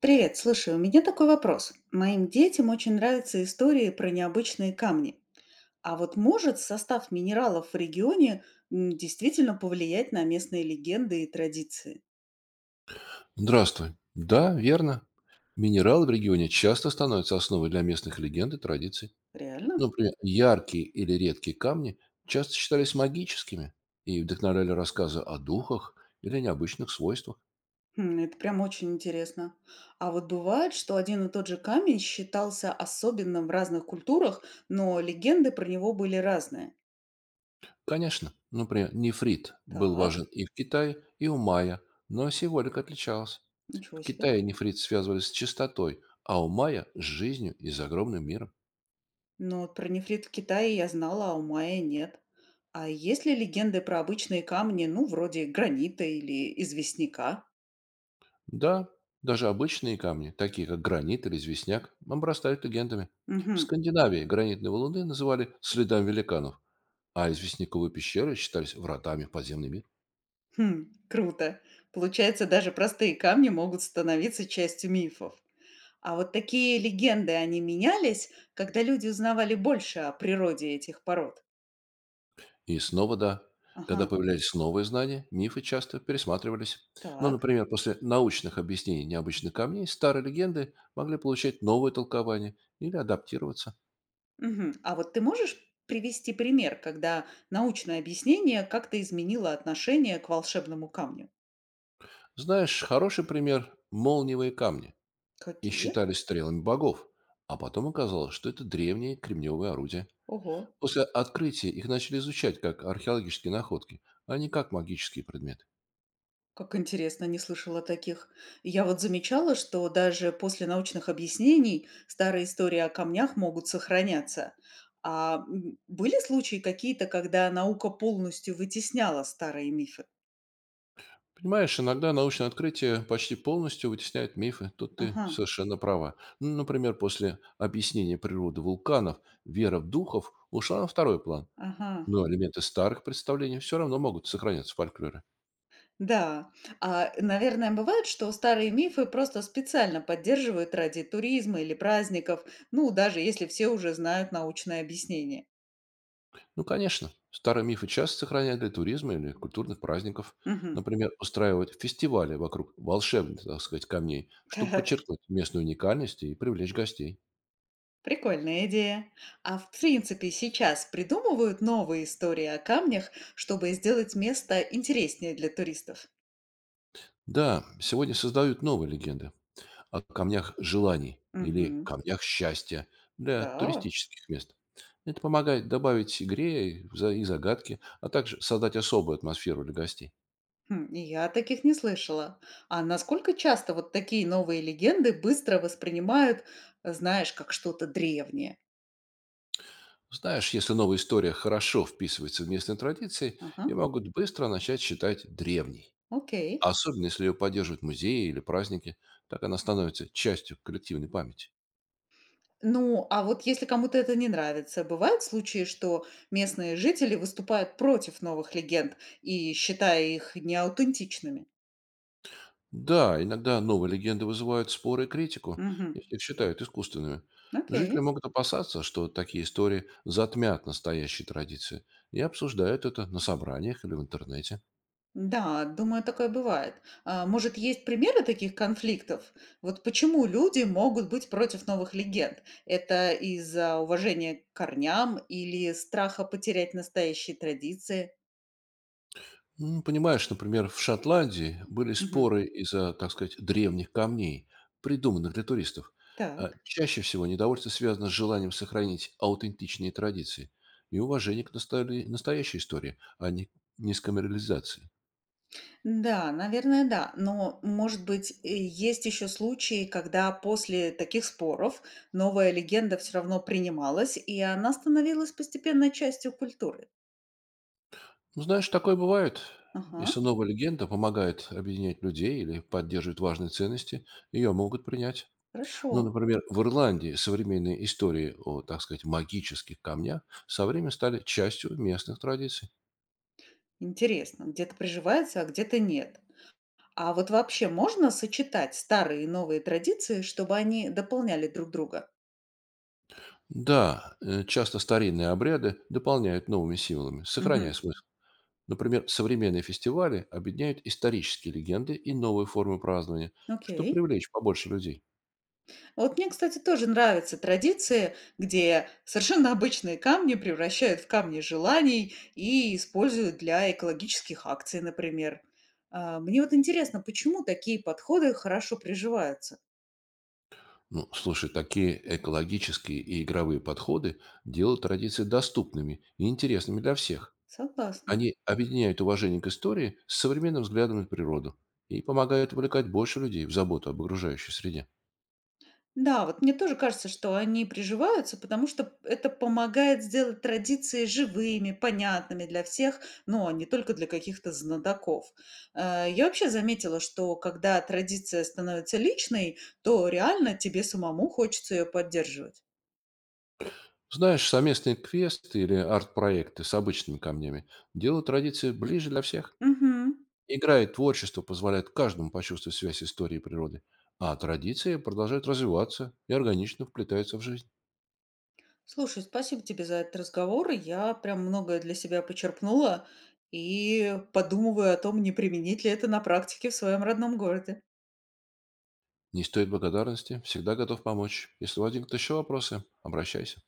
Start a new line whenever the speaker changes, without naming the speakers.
Привет, слушай, у меня такой вопрос. Моим детям очень нравятся истории про необычные камни. А вот может состав минералов в регионе действительно повлиять на местные легенды и традиции?
Здравствуй. Да, верно. Минералы в регионе часто становятся основой для местных легенд и традиций.
Реально?
Например, яркие или редкие камни часто считались магическими и вдохновляли рассказы о духах или необычных свойствах.
Хм, это прям очень интересно. А вот бывает, что один и тот же камень считался особенным в разных культурах, но легенды про него были разные.
Конечно, например, нефрит был
Так,
важен и в Китае, и у майя, но символика отличалась.
ничего
В
себе.
Китае нефрит связывали с чистотой, а у майя– с жизнью и загробным миром.
Но вот про нефрит в Китае я знала, а у майя нет. А есть ли легенды про обычные камни, ну, вроде гранита или известняка?
Да, даже обычные камни, такие как гранит или известняк, обрастают легендами. В
Мгм.
Скандинавии гранитные валуны называли следами великанов, а известняковые пещеры считались вратами в подземный мир.
Хм, круто. Получается, даже простые камни могут становиться частью мифов. А вот такие легенды, они менялись, когда люди узнавали больше о природе этих пород?
И снова да,
Ага,
когда появлялись новые знания, мифы часто пересматривались. Ну,
так.
например, после научных объяснений необычных камней старые легенды могли получать новое толкование или адаптироваться.
Мгм. А вот ты можешь привести пример, когда научное объяснение как-то изменило отношение к волшебному камню?
Знаешь, хороший пример– молниевые камни. И
Какие?
считались стрелами богов, а потом оказалось, что это древние кремневые орудия.
Ого.
После открытия их начали изучать как археологические находки, а не как магические предметы.
Как интересно, не слышала таких. Я вот замечала, что даже после научных объяснений старые истории о камнях могут сохраняться. А были случаи какие-то, когда наука полностью вытесняла старые мифы?
Понимаешь, иногда научное открытие почти полностью вытесняет мифы, тут ты
Ага,
совершенно права. Ну, например, после объяснения природы вулканов вера в духов ушла на второй план,
ага.
но элементы старых представлений все равно могут сохраняться в фольклоре.
Да, а, наверное, бывает, что старые мифы просто специально поддерживают ради туризма или праздников, ну, даже если все уже знают научное объяснение.
Ну, конечно. Старые мифы часто сохраняют для туризма или культурных праздников.
Мгм.
Например, устраивают фестивали вокруг волшебных, так сказать, камней, чтобы
Так.
подчеркнуть местную уникальность и привлечь гостей.
Прикольная идея. А в принципе сейчас придумывают новые истории о камнях, чтобы сделать место интереснее для туристов.
Да, сегодня создают новые легенды о камнях желаний или
Угу.
камнях счастья для
Да.
туристических мест. Это помогает добавить игре и загадки, а также создать особую атмосферу для гостей.
Хм, и я о таких не слышала. А насколько часто вот такие новые легенды быстро воспринимают, знаешь, как что-то древнее?
Знаешь, если новая история хорошо вписывается в местные традиции,
Ага,
ее могут быстро начать считать древней. А
окей.
особенно, если ее поддерживают музеи или праздники, так она становится частью коллективной памяти.
Ну, а вот если кому-то это не нравится, бывают случаи, что местные жители выступают против новых легенд и считая их неаутентичными?
Да, иногда новые легенды вызывают споры и критику,
Угу.
если их считают искусственными. Жители
Окей.
могут опасаться, что такие истории затмят настоящие традиции, и обсуждают это на собраниях или в интернете.
Да, думаю, такое бывает. А, может, есть примеры таких конфликтов? Вот почему люди могут быть против новых легенд? Это из-за уважения к корням или страха потерять настоящие традиции?
Ну, понимаешь, например, в Шотландии были
Мгм.
споры из-за, так сказать, древних камней, придуманных для туристов. А
Так.
чаще всего недовольство связано с желанием сохранить аутентичные традиции и уважение к настоящей истории, не с камерализацией.
Да, наверное, да. Но, может быть, есть еще случаи, когда после таких споров новая легенда все равно принималась, и она становилась постепенно частью культуры.
Ну, знаешь, такое бывает.
Ага,
Если новая легенда помогает объединять людей или поддерживает важные ценности, ее могут принять. Ну,
хорошо.
например, в Ирландии современные истории о, так сказать, магических камнях со временем стали частью местных традиций.
Интересно, где-то приживается, а где-то нет. А вот вообще можно сочетать старые и новые традиции, чтобы они дополняли друг друга?
Да, часто старинные обряды дополняют новыми символами, сохраняя
Мгм.
смысл. Например, современные фестивали объединяют исторические легенды и новые формы празднования, чтобы
Окей.
привлечь побольше людей.
Вот мне, кстати, тоже нравятся традиции, где совершенно обычные камни превращают в камни желаний и используют для экологических акций, например. А, мне вот интересно, почему такие подходы хорошо приживаются?
Ну, слушай, такие экологические и игровые подходы делают традиции доступными и интересными для всех.
Согласна.
Они объединяют уважение к истории с современным взглядом на природу и помогают увлекать больше людей в заботу об окружающей среде.
Да, вот мне тоже кажется, что они приживаются, потому что это помогает сделать традиции живыми, понятными для всех, но не только для каких-то знатоков. Я вообще заметила, что когда традиция становится личной, то реально тебе самому хочется ее поддерживать.
Знаешь, совместные квесты или арт-проекты с обычными камнями делают традиции ближе для всех.
Мгм.
Игра и творчество позволяют каждому почувствовать связь истории и природы. А традиции продолжают развиваться и органично вплетаются в жизнь.
Слушай, спасибо тебе за этот разговор. Я прям многое для себя почерпнула и подумываю о том, не применить ли это на практике в своем родном городе.
Не стоит благодарности, всегда готов помочь. Если возникнут еще вопросы, обращайся.